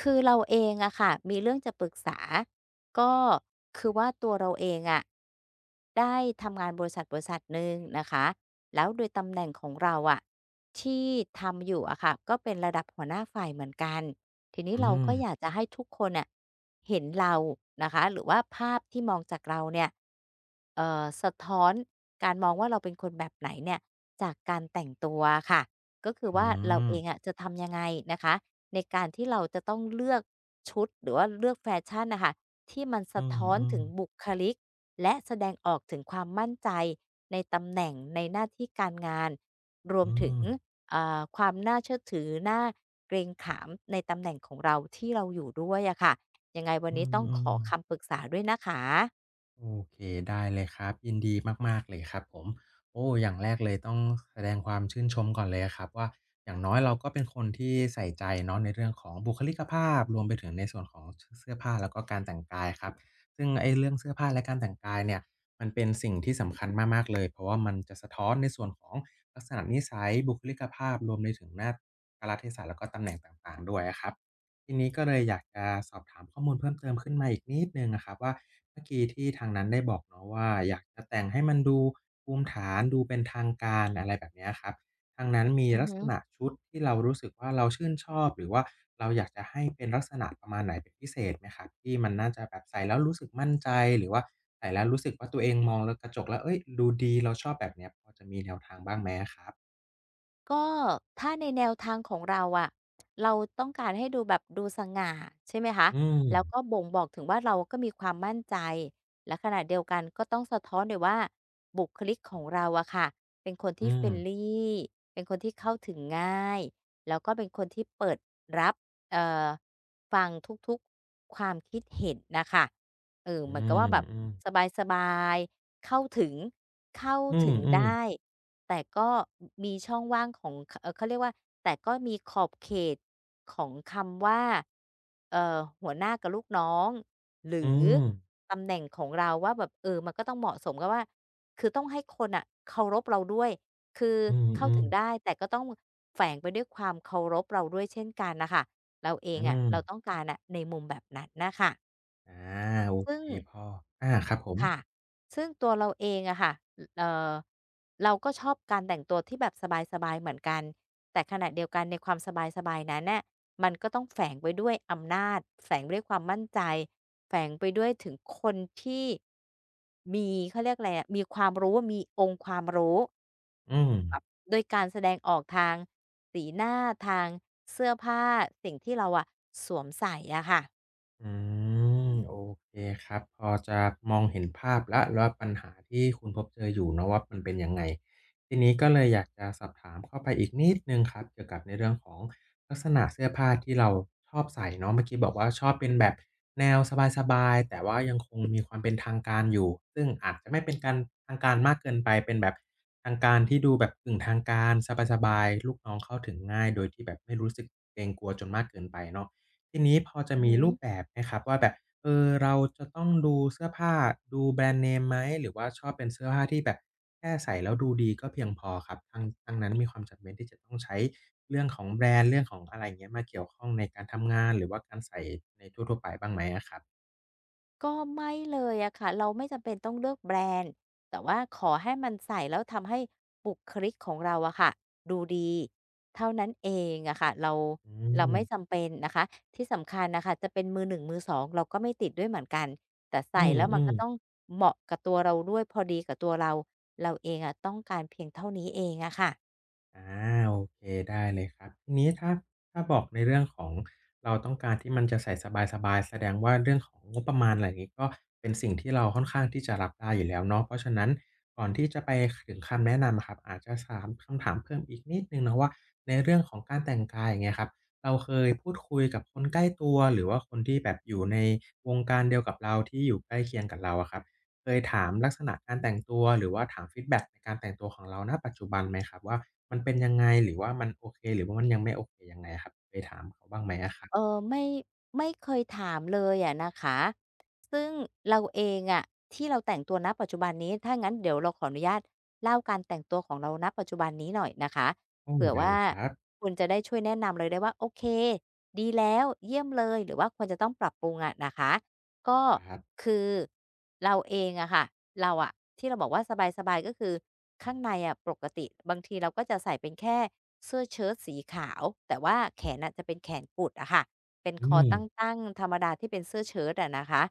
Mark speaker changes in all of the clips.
Speaker 1: คือเราเองอะค่ะมีเรื่องจะปรึกษาก็คือว่าตัวเราเองอะได้ทำงานบริษัทหนึ่งนะคะแล้วโดยตำแหน่งของเราอะที่ทำอยู่อะค่ะก็เป็นระดับหัวหน้าฝ่ายเหมือนกันทีนี้
Speaker 2: อื
Speaker 1: เรา
Speaker 2: ม
Speaker 1: ก็อยากจะให้ทุกคนอะเห็นเรานะคะหรือว่าภาพที่มองจากเราเนี่ยสะท้อนการมองว่าเราเป็นคนแบบไหนเนี่ยจากการแต่งตัวค่ะก็คือ
Speaker 2: อ
Speaker 1: ว่า
Speaker 2: ม
Speaker 1: เรา
Speaker 2: อ
Speaker 1: เอ
Speaker 2: ม
Speaker 1: งอะจะทำยังไงนะคะ ในการที่เราจะต้องเลือกชุดหรือว่าเลือกแฟชั่นนะคะที่มัน
Speaker 2: อื
Speaker 1: สะ
Speaker 2: ม
Speaker 1: ท้อน
Speaker 2: อืม
Speaker 1: ถึงบุคลิกและแสดงออกถึงความมั่นใจในตำแหน่งในหน้าที่การงานรวม
Speaker 2: อ
Speaker 1: ถึง
Speaker 2: ม
Speaker 1: ความน่าเชื่อถือน่าเกรงขามในตำแหน่งของเราที่เราอยู่ด้วยอะค่ะยังไงวัน
Speaker 2: อื
Speaker 1: นี้ต้องขอคำ
Speaker 2: ม
Speaker 1: ปรึกษาด้วยนะคะ
Speaker 2: โอเคได้เลยครับยินดีมากๆเลยครับผมโอ้อย่างแรกเลยต้องแสดงความชื่นชมก่อนเลยอะครับว่าอย่างน้อยเราก็เป็นคนที่ใส่ใจเนาะในเรื่องของบุคลิกภาพรวมไปถึงในส่วนของชเสื้อผ้าแล้วก็การแต่งกายครับซึ่งไอ้เรื่องเสื้อผ้าและการแต่งกายเนี่ยมันเป็นสิ่งที่สำคัญมากๆเลยเพราะว่ามันจะสะท้อนในส่วนของลักษณะนิสัยบุคลิกภาพรวมไปถึงหน้ากาลเทศะแล้วก็ตำแหน่งต่างๆด้วยอะครับ ทีนี้ก็เลยอยากจะสอบถามข้อมูลเพิ่มเติมขึ้นมาอีกนิดหนึ่งอะครับว่าเมื่อกี้ที่ทางนั้นได้บอกเนาะว่าอยากจะแต่งให้มันดูภูมิฐานดูเป็นทางการอะไรแบบเนี้ยครับทางนั้นมี
Speaker 1: อือ
Speaker 2: ลัก
Speaker 1: ฮึ
Speaker 2: ษณะชุดที่เรารู้สึกว่าเราชื่นชอบหรือว่าเราอยากจะให้เป็นลักษณะประมาณไหนเป็นพิเศษไหมครับที่มันน่าจะแบบใส่แล้วรู้สึกมั่นใจหรือว่าใส่แล้วรู้สึกว่าตัวเองมองแล้วกระจกแล้วเฮ้ยดูดีเราชอบแบบเนี้ยพอจะมีแนวทางบ้างไหมอะครับ
Speaker 1: ก็ถ้าในแนวทางของเราอะเราต้องการให้ดูแบบดูสง่าใช่ไหมคะ
Speaker 2: อืม
Speaker 1: แล้วก็บ่งบอกถึงว่าเราก็มีความมั่นใจและขณะเดียวกันก็ต้องสะท้อนด้วยว่าบุคลิกของเราอะค่ะเป็นคน
Speaker 2: อื
Speaker 1: ที่
Speaker 2: ม
Speaker 1: friendly เป็นคนที่เข้าถึงง่ายแล้วก็เป็นคนที่เปิดรับเอ่อฟังทุกๆความคิดเห็นน่ะค่ะเออ
Speaker 2: อื
Speaker 1: เหมือนกับว่าแบบ
Speaker 2: ม
Speaker 1: สบายๆเข้า
Speaker 2: ๆอื
Speaker 1: ถึง
Speaker 2: ม
Speaker 1: ได้
Speaker 2: ๆ
Speaker 1: แต่ก็มีช่องว่างของเอ่อเขาเรียกว่าแต่ก็มีขอบเขตของคำว่าหัวหน้ากับลูกน้อง หรื
Speaker 2: อื
Speaker 1: อ
Speaker 2: ม
Speaker 1: ตำแหน่งของเราว่าแบบเออมันก็ต้องเหมาะสมกับว่าคือต้องให้คนน่ะเคารพเราด้วยคือ
Speaker 2: อื
Speaker 1: เข้า
Speaker 2: ม
Speaker 1: ถึงได้
Speaker 2: ๆ
Speaker 1: แต่ก็ต้องแฝงไปด้วยความเคารพเราด้วยเช่นกันน่ะค่ะเราเอง
Speaker 2: อื
Speaker 1: อะ
Speaker 2: ม
Speaker 1: เราต้องการอะในมุมแบบนั้นน่ะค่ะ
Speaker 2: อาโอ
Speaker 1: ซึ่ง
Speaker 2: เคพออาครับผม
Speaker 1: ค่ะ ซึ่งตัวเราเองอะค่ะเอ่อเราก็ชอบการแต่งตัวที่แบบสบายๆเหมือนกัน แต่ขณะเดียวกันในความสบายๆนั้นน่ะมันก็ต้องแฝงไปด้วยอำนาจแฝงไปด้วยความมั่นใจแฝงไปด้วยถึงคนที่มีเขาเรียกอะไรอะมีความรู้ มีองค์ความรู้
Speaker 2: อืม
Speaker 1: โดยการแสดงออกทางสีหน้าทางเสื้อผ้าสิ่งที่เราอะสวมใส่อะค่ะ
Speaker 2: อืมโอเคครับพอจะมองเห็นภาพแล้วว่าปัญหาที่คุณพบเจออยู่เนาะว่ามันเป็นยังไงทีนี้ก็เลยอยากจะสอบถามเข้าไปอีกนิดนึงครับเกี่ยวกับในเรื่องของลักษณะเสื้อผ้าที่เราชอบใส่เนาะเมื่อกี้บอกว่าชอบเป็นแบบแนวสบายๆแต่ว่ายังคงมีความเป็นทางการอยู่ซึ่งอาจจะไม่เป็นการทางการมากเกินไปเป็นแบบทางการที่ดูแบบกึ่งทางการสบายๆลูกน้องเข้าถึงง่ายโดยที่แบบไม่รู้สึกเกรงกลัวจนมากเกินไปเนาะ ทีนี้พอจะ
Speaker 1: อือ
Speaker 2: มี
Speaker 1: ฮึ
Speaker 2: รูปแบบไหมครับว่าแบบเราจะต้องดูเสื้อผ้าดูแบรนด์เนมไหมหรือว่าชอบเป็นเสื้อผ้าที่แบบแค่ใส่แล้วดูดีก็เพียงพอครับทางทางนั้นมีความจำเป็นที่จะต้องใช้เรื่องของแบรนด์เรื่องของอะไรอย่างเงี้ยมาเกี่ยวข้องในการทำงานหรือว่าการใส่ในทั่วๆไปบ้างไหมอะครับ
Speaker 1: ก็ไม่เลยอะค่ะเราไม่จำเป็นต้องเลือกแบรนด์แต่ว่าขอให้มันใส่แล้วทำให้บุคลิกของเราอะค่ะดูดีเท่านั้นเองอะค่ะเรา
Speaker 2: อื
Speaker 1: เรา
Speaker 2: ม
Speaker 1: ไม่จำเป็นนะคะที่สำคัญนะค่ะจะเป็นมือหนึ่งมือสองเราก็ไม่ติดด้วยเหมือนกันแต่
Speaker 2: อื
Speaker 1: ใส่แล้วมัน
Speaker 2: ม
Speaker 1: ก็ต้อง
Speaker 2: ๆ
Speaker 1: เหมาะกับตัวเราด้วยพอดีกับตัวเราเราเองอะต้องการเพียงเท่านี้เองอะค่ะ
Speaker 2: อาโอเคได้เลยครับทีนี้ถ้าบอกในเรื่องของเราต้องการที่มันจะใส่สบายๆแสดงว่าเรื่องของงบประมาณอะไรอย่างงี้ก็เป็นสิ่งที่เราค่อนข้างที่จะรับได้อยู่แล้วเนาะเพราะฉะนั้นก่อนที่จะไปถึงคำแนะนำอะครับอาจจะถามคำถามเพิ่มอีกนิดหนึ่งเนาะว่าในเรื่องของการแต่งกายอย่างเงี้ยครับเราเคยพูดคุยกับคนใกล้ตัวหรือว่าคนที่แบบอยู่ในวงการเดียวกับเราที่อยู่ใกล้เคียงกับเราอะครับ เคยถามลักษณะการแต่งตัวหรือว่าถามฟีดแบ็กในการแต่งตัวของเราณปัจจุบันไหมครับว่ามันเป็นยังไงหรือว่ามันโอเคหรือว่ามันยังไม่โอเคยังไงอะครับเคยถามเขาบ้างไหมอะครั
Speaker 1: เออ
Speaker 2: บ
Speaker 1: ไม่เคยถามเลยอะนะคะซึ่งเราเองอะที่เราแต่งตัวณปัจจุบันนี้ถ้างั้นเดี๋ยวเราขออนุญาตเล่าการแต่งตัวของเราณปัจจุบันนี้หน่อยนะคะ
Speaker 2: โอ้
Speaker 1: เผื่อ
Speaker 2: ได้
Speaker 1: ว่า
Speaker 2: เลยครับ
Speaker 1: คุณจะได้ช่วยแนะนำเลยได้ว่าโอเคดีแล้วเยี่ยมเลยหรือว่าควรจะต้องปรับปรุงอะนะคะก็
Speaker 2: ครับ
Speaker 1: คือเราเองอะค่ะเราอะที่เราบอกว่าสบายๆก็คือข้างในอะปกติบางทีเราก็จะใส่เป็นแค่เสื้อเชิ้ตสีขาวแต่ว่าแขนน่ะจะเป็นแขนกุดอะค่ะเป็น
Speaker 2: อื
Speaker 1: คอ
Speaker 2: ม
Speaker 1: ตั้งๆธรรมดาที่เป็นเสื้อเชิ้ตอะนะคะ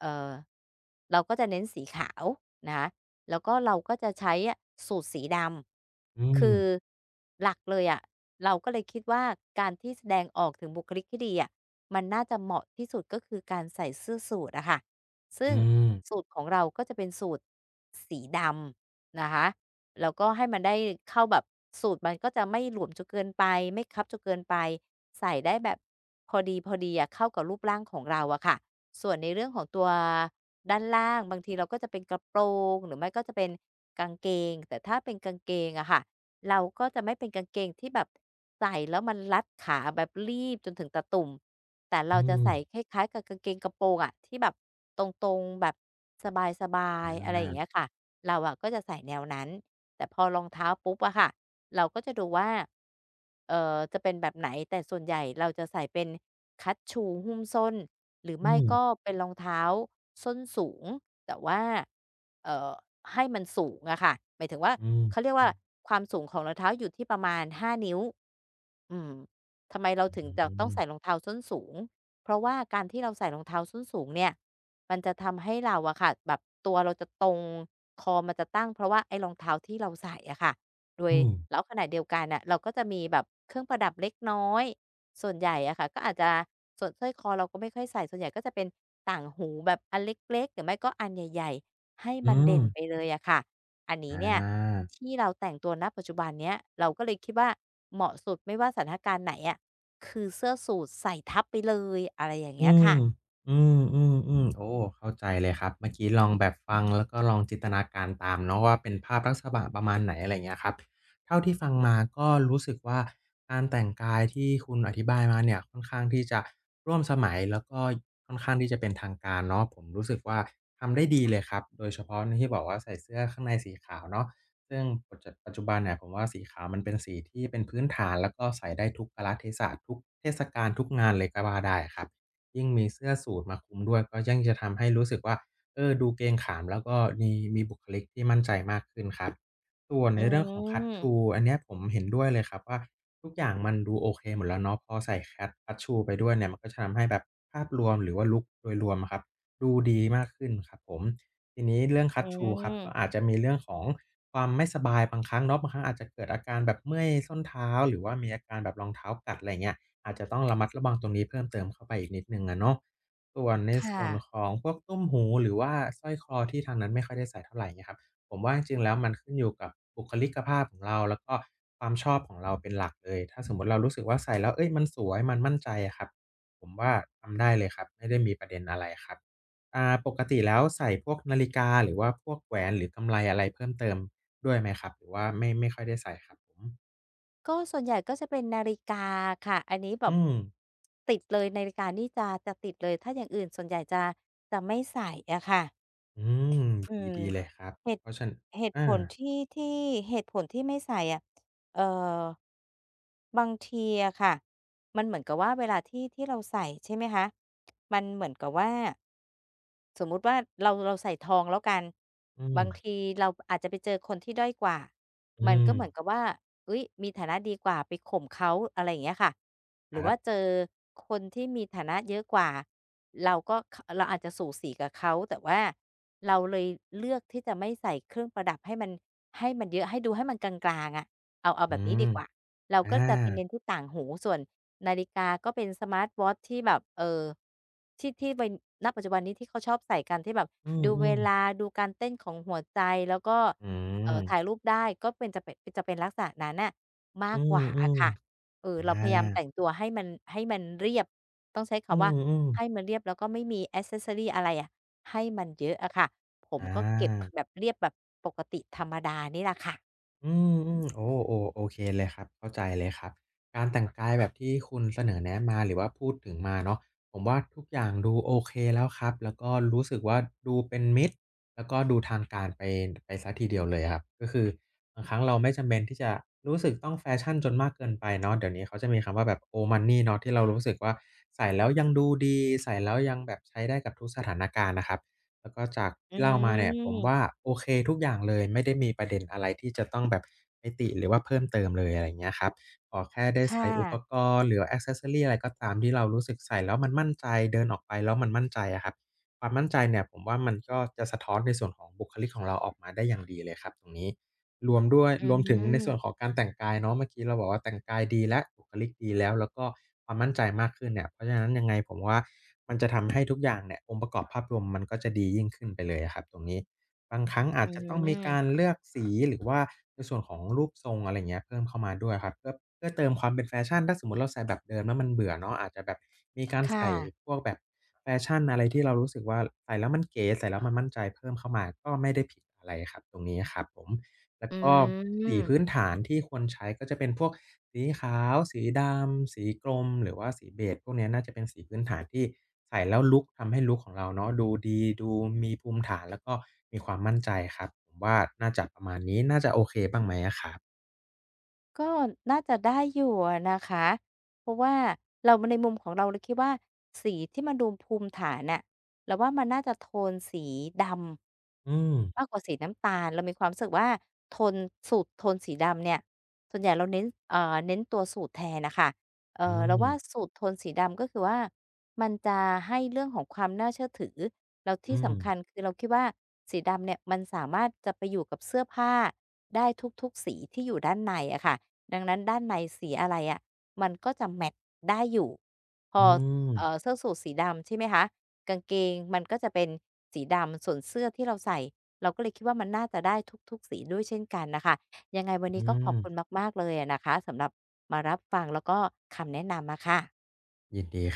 Speaker 1: เอ่อเราก็จะเน้นสีขาวนะคะแล้วก็เราก็จะใช้อะสูทสีด
Speaker 2: อื
Speaker 1: ำ
Speaker 2: ม
Speaker 1: คือหลักเลยอะเราก็เลยคิดว่าการที่แสดงออกถึงบุคลิกที่ดีอะ มันน่าจะเหมาะที่สุดก็คือการใส่เสื้อสูทอะค่ะซึ่ง
Speaker 2: อืม
Speaker 1: สูทของเราก็จะเป็นสูทสีดำนะคะแล้วก็ให้มันได้เข้าแบบสูทมันก็จะไม่หลวมจนเกินไปไม่คับจนเกินไปใส่ได้แบบพอดีอะเข้ากับรูปร่างของเราอะค่ะ ส่วนในเรื่องของตัวด้านล่างบางทีเราก็จะเป็นกระโปรงหรือไม่ก็จะเป็นกางเกงแต่ถ้าเป็นกางเกงอะค่ะ เราก็จะไม่เป็นกางเกงที่แบบใส่แล้วมันรัดขาแบบรีบจนถึงตะตุ่มแต่
Speaker 2: อื
Speaker 1: เราจะ
Speaker 2: ม
Speaker 1: ใส่คล้ายๆกับกางเกงกระโปรงอะที่แบบตรงๆแบบสบาย
Speaker 2: อา
Speaker 1: ๆอะไรอย่างเงี้ยค่ะเราอะก็จะใส่แนวนั้นแต่พอรองเท้าปุ๊บอะค่ะเราก็จะดูว่าจะเป็นแบบไหนแต่ส่วนใหญ่เราจะใส่เป็นคัตชูหุ้มส้นหรือ
Speaker 2: อื
Speaker 1: ไม่ก็
Speaker 2: ม
Speaker 1: เป็นรองเท้าส้นสูง แต่ว่าเอ่อให้มันสูงอะค่ะหมายถึงว่า
Speaker 2: อืม
Speaker 1: เขาเรียก
Speaker 2: อื
Speaker 1: ว่า ความสูงของรองเท้าอยู่ที่ประมาณ5นิ้วอืมทำไมเราถึงจะต้อง
Speaker 2: ม
Speaker 1: ใส่รองเท้าส้นสูง เพราะว่าการที่เราใส่รองเท้าส้นสูงเนี่ยมันจะทำให้เราอะค่ะแบบตัวเราจะตรง คอมันจะตั้งเพราะว่าไอ้รองเท้าที่เราใส่อะค่ะโดย
Speaker 2: อืม
Speaker 1: แล้วขณะเดียวกันน่ะเราก็จะมีแบบเครื่องประดับเล็กน้อย ส่วนใหญ่อะค่ะก็อาจจะส่วนสร้อยคอเราก็ไม่ค่อยใส่ส่วนใหญ่ก็จะเป็นต่างหูแบบอันเล็กๆหรือไม่ก็อันใหญ่ๆให้มั
Speaker 2: อื
Speaker 1: น
Speaker 2: ม
Speaker 1: เด่นไปเลยอะค่ะอันนี้
Speaker 2: อ
Speaker 1: เนี่ย
Speaker 2: า
Speaker 1: ที่เราแต่งตัวณปัจจุบันเนี้ยเราก็เลยคิดว่าเหมาะสุดไม่ว่าสถานการณ์ไหนอะคือเสื้อสูทใส่ทับไปเลยอะไรอย่างเงี้
Speaker 2: อื
Speaker 1: ยค่ะ
Speaker 2: มอืมอืมอืมโอ้เข้าใจเลยครับเมื่อกี้ลองแบบฟังแล้วก็ลองจินตนาการตามเนาะว่าเป็นภาพลักษณะประมาณไหนอะไรอย่างเงี้ยครับเท่าที่ฟังมาก็รู้สึกว่าการแต่งกายที่คุณอธิบายมาเนี่ยค่อนข้างที่จะร่วมสมัยแล้วก็ค่อนข้างที่จะเป็นทางการเนาะผมรู้สึกว่าทำได้ดีเลยครับโดยเฉพาะที่บอกว่าใส่เสื้อข้างในสีขาวเนาะซึ่งปัจจุบันเนี่ยผมว่าสีขาวมันเป็นสีที่เป็นพื้นฐานแล้วก็ใส่ได้ทุกกาลเทศะทุกเทศกาลทุกงานเลยก็ว่าได้ครับ ยิ่งมีเสื้อสูทมาคลุมด้วยก็ยิ่งจะทำให้รู้สึกว่าดูเกรงขามแล้วก็มีบุคลิกที่มั่นใจมากขึ้นครับส่วน
Speaker 1: อื
Speaker 2: ในเรื่องของ
Speaker 1: ม
Speaker 2: Cut Shoe อันเนี้ยผมเห็นด้วยเลยครับว่าทุกอย่างมันดูโอเคหมดแล้วเนาะพอใส่ Cut Shoe ไปด้วยเนี่ยมันก็จะทำให้แบบภาพรวมหรือว่าลุกโดยรวมอะครับดูดีมากขึ้นครับผมทีนี้เรื่อง
Speaker 1: อื
Speaker 2: Cut Shoe ครับ
Speaker 1: ม
Speaker 2: ก็อาจจะมีเรื่องของความไม่สบายบางครั้งเนาะบางครั้งอาจจะเกิดอาการแบบเมื่อยส้นเท้าหรือว่ามีอาการแบบรองเท้ากัดอะไรเงี้ย อาจจะต้องระมัดระวังตรงนี้เพิ่มเติมเข้าไปอีกนิดหนึ่งอะเนาะส่วนใน
Speaker 1: ค่ะ
Speaker 2: ส่วนของพวกตุ้มหูหรือว่าสร้อยคอที่ทางนั้นไม่ค่อยได้ใส่เท่าไรเงี้ยครับผมว่าจริงๆแล้วมันขึ้นอยู่กับบุคลิกภาพของเราแล้วก็ความชอบของเราเป็นหลักเลยถ้าสมมุติเรารู้สึกว่าใส่แล้วเฮ้ยมันสวยมันมั่นใจอะครับผมว่าทำได้เลยครับไม่ได้มีประเด็นอะไรครับอ่าปกติแล้วใส่พวกนาฬิกาหรือว่าพวกแหวนหรือกำไลอะไรเพิ่มเติมด้วยไหมครับหรือว่าไม่ค่อยได้ใส่ครับผม
Speaker 1: ก็ส่วนใหญ่ก็จะเป็นนาฬิกาค่ะอันนี้แบบ
Speaker 2: อืม
Speaker 1: ติดเลยนาฬิกานี่จะติดเลยถ้าอย่างอื่นส่วนใหญ่จะจะไม่ใส่อะค่ะ
Speaker 2: อืม
Speaker 1: อื
Speaker 2: ดี
Speaker 1: ม
Speaker 2: ดีเลยครับ
Speaker 1: เหตุ
Speaker 2: เพราะฉะ
Speaker 1: เหตุผ
Speaker 2: อา
Speaker 1: ลที่ที่เหตุผลที่ไม่ใส่อะเอ่อบางทีอะค่ะ มันเหมือนกับว่าเวลาที่เราใส่ใช่ไหมคะมันเหมือนกับว่าสมมุติว่าเราใส่ทองแล้วกัน
Speaker 2: อื
Speaker 1: บา
Speaker 2: ม
Speaker 1: งทีเราอาจจะไปเจอคนที่ด้อยกว่า
Speaker 2: อื
Speaker 1: มัน
Speaker 2: ม
Speaker 1: ก็เหมือนกับว่าเฮ้ยมีฐานะดีกว่าไปข่มเขาอะไรอย่างเงี้ยค่ะ ห
Speaker 2: ค
Speaker 1: รือ
Speaker 2: รั
Speaker 1: ว่าเจ
Speaker 2: บ
Speaker 1: อคนที่มีฐานะเยอะกว่าเราก็ขเราอาจจะสูสีกับเขาแต่ว่าเราเลยเลือกที่จะไม่ใส่เครื่องประดับให้มันเยอะให้ดูให้มันกลางๆอะเอาแบ
Speaker 2: อื
Speaker 1: บนี้ดี
Speaker 2: ม
Speaker 1: กว่าเรา
Speaker 2: อา
Speaker 1: ก็จะไปเน้นที่ต่างหูส่วนนาฬิกาก็เป็นสมาร์ตวอตช์ที่แบบที่วัยณปัจจุบันนี้ที่เขาชอบใส่กันที่แบบ
Speaker 2: อื
Speaker 1: ดูเว
Speaker 2: ม
Speaker 1: ลา
Speaker 2: ๆ
Speaker 1: ดูการเต้นของหัวใจแล้วก็
Speaker 2: อืม
Speaker 1: ถ่ายรูปได้ก็เป็นจะเป็นลักษณะนั้นน่ะมา
Speaker 2: อื
Speaker 1: กกว่าอะ
Speaker 2: ม
Speaker 1: ค่ะ เอ
Speaker 2: ๆ
Speaker 1: อ
Speaker 2: อ
Speaker 1: เราพยายาม
Speaker 2: า
Speaker 1: แต่งตัวให้มันเรียบต้องใช้
Speaker 2: อื
Speaker 1: คำว่า
Speaker 2: ม
Speaker 1: ให้
Speaker 2: ๆ
Speaker 1: มันเรียบแล้วก็ไม่มีแอกเซสซอรีอะไรอะให้มันเยอะอะค่ะผม
Speaker 2: อา
Speaker 1: ก็เก็บแบบเรียบแบบปกติธรรมดานี่แหละค่ะ
Speaker 2: อืมอืมโอ้โอโอเคเลยครับเข้าใจเลยครับการแต่งกายแบบที่คุณเสนอแนะมาหรือว่าพูดถึงมาเนาะผมว่าทุกอย่างดูโอเคแล้วครับแล้วก็รู้สึกว่าดูเป็นมิตรแล้วก็ดูทางการไปไปเสียทีเดียวเลยครับก็คือบางครั้งเราไม่จำเป็นที่จะรู้สึกต้องแฟชั่นจนมากเกินไปเนาะเดี๋ยวนี้เขาจะมีคำว่าแบบ old money เนาะที่เรารู้สึกว่าใส่แล้วยังดูดีใส่แล้วยังแบบใช้ได้กับทุกสถานการณ์น่ะครับ แล้วก็จาก
Speaker 1: อื
Speaker 2: ที่เล่ามาเนี่ยผมว่า
Speaker 1: ม
Speaker 2: โอเคทุกอย่างเลยไม่ได้มีประเด็นอะไรที่จะต้องแบบไปติหรือว่าเพิ่มเติมเลยอะไรอย่างเงี้ยครับขอแค่ได้ใส่
Speaker 1: ค่ะ
Speaker 2: อุปกรณ์หรือแอกเซสซอรีอะไรก็ตามที่เรารู้สึกใส่แล้วมันมั่นใจเดินออกไปแล้วมันมั่นใจอะครับความมั่นใจเนี่ยผมว่ามันก็จะสะท้อนในส่วนของบุคลิกของเราออกมาได้อย่างดีเลยครับตรงนี้ รวมด้วย
Speaker 1: อื
Speaker 2: รวมถึงในส่วนข
Speaker 1: ม
Speaker 2: องการแต่งกายเนาะเมื่อกี้เราบอกว่าแต่งกายดีแล้วบุคลิกดีแล้วแล้วก็ความมั่นใจมากขึ้นเนี่ยเพราะฉะนั้นยังไงผมว่ามันจะทำให้ทุกอย่างเนี่ยองค์ประกอบภาพรวมมันก็จะดียิ่งขึ้นไปเลยอะครับตรงนี้บางครั้ง
Speaker 1: อื
Speaker 2: อาจจะต้องมีการ
Speaker 1: ม
Speaker 2: เลือกสีหรือว่าในส่วนของรูปทรงอะไรอย่างเงี้ยเพิ่มเข้ามาด้วยครับเพื่อเติมความเป็นแฟชั่นถ้าสมมุติเราใส่แบบเดิมแล้วมันเบื่อเนาะอาจจะแบบมีการ
Speaker 1: ค่ะ
Speaker 2: ใส่พวกแบบแฟชั่นอะไรที่เรารู้สึกว่าใส่แล้วมันเก๋ใส่แล้วมันมั่นใจเพิ่มเข้ามาก็ไม่ได้ผิดอะไรครับตรงนี้อะครับผม แล้ว
Speaker 1: อื
Speaker 2: ก็สีพื้น
Speaker 1: ม
Speaker 2: ฐานที่ควรใช้ก็จะเป็นพวกสีขาวสีดำสีกรมหรือว่าสีเบจพวกเนี้ยน่าจะเป็นสีพื้นฐานที่ใส่แล้วลุกทำให้ลุกของเราเนาะดูดีดูมีภูมิฐานแล้วก็มีความมั่นใจครับผมว่าน่าจะประมาณนี้น่าจะโอเคบ้างไหมอะครับ
Speaker 1: ก็น่าจะได้อยู่อะนะคะเพราะว่าเราในมุมของเราเราคิดว่าสีที่มันดูภูมิฐานน่ะเราว่ามันน่าจะโทนสีด
Speaker 2: อืม
Speaker 1: ำมากกว่าสีน้ำตาลเรามีความรู้สึกว่าโทนสูตรโทนสีดำเนี่ยส่วนใหญ่เราเน้นเน้นตัวสูตรแทนน่ะค่ะ
Speaker 2: อื
Speaker 1: เรา
Speaker 2: ม
Speaker 1: ว่าสูตรโทนสีดำก็คือว่ามันจะให้เรื่องของความน่าเชื่อถือ แล้วที่
Speaker 2: อืม
Speaker 1: สำคัญคือเราคิดว่าสีดำเนี่ยมันสามารถจะไปอยู่กับเสื้อผ้าได้ทุกๆสีที่อยู่ด้านในอะค่ะดังนั้นด้านในสีอะไรอะมันก็จะแมตช์ได้อยู่พอ
Speaker 2: อืม
Speaker 1: เสื้อสูทสีดำใช่ไหมคะกางเกงมันก็จะเป็นสีดำส่วนเสื้อที่เราใส่เราก็เลยคิดว่ามันน่าจะได้ทุกๆสีด้วยเช่นกันน่ะค่ะยังไงวัน
Speaker 2: อื
Speaker 1: นี้ก็ขอบ
Speaker 2: ม
Speaker 1: คุณมากๆเลยอะนะคะสำหรับมารับฟังแล้วก็คำแนะนำอะค่ะ
Speaker 2: ยินดี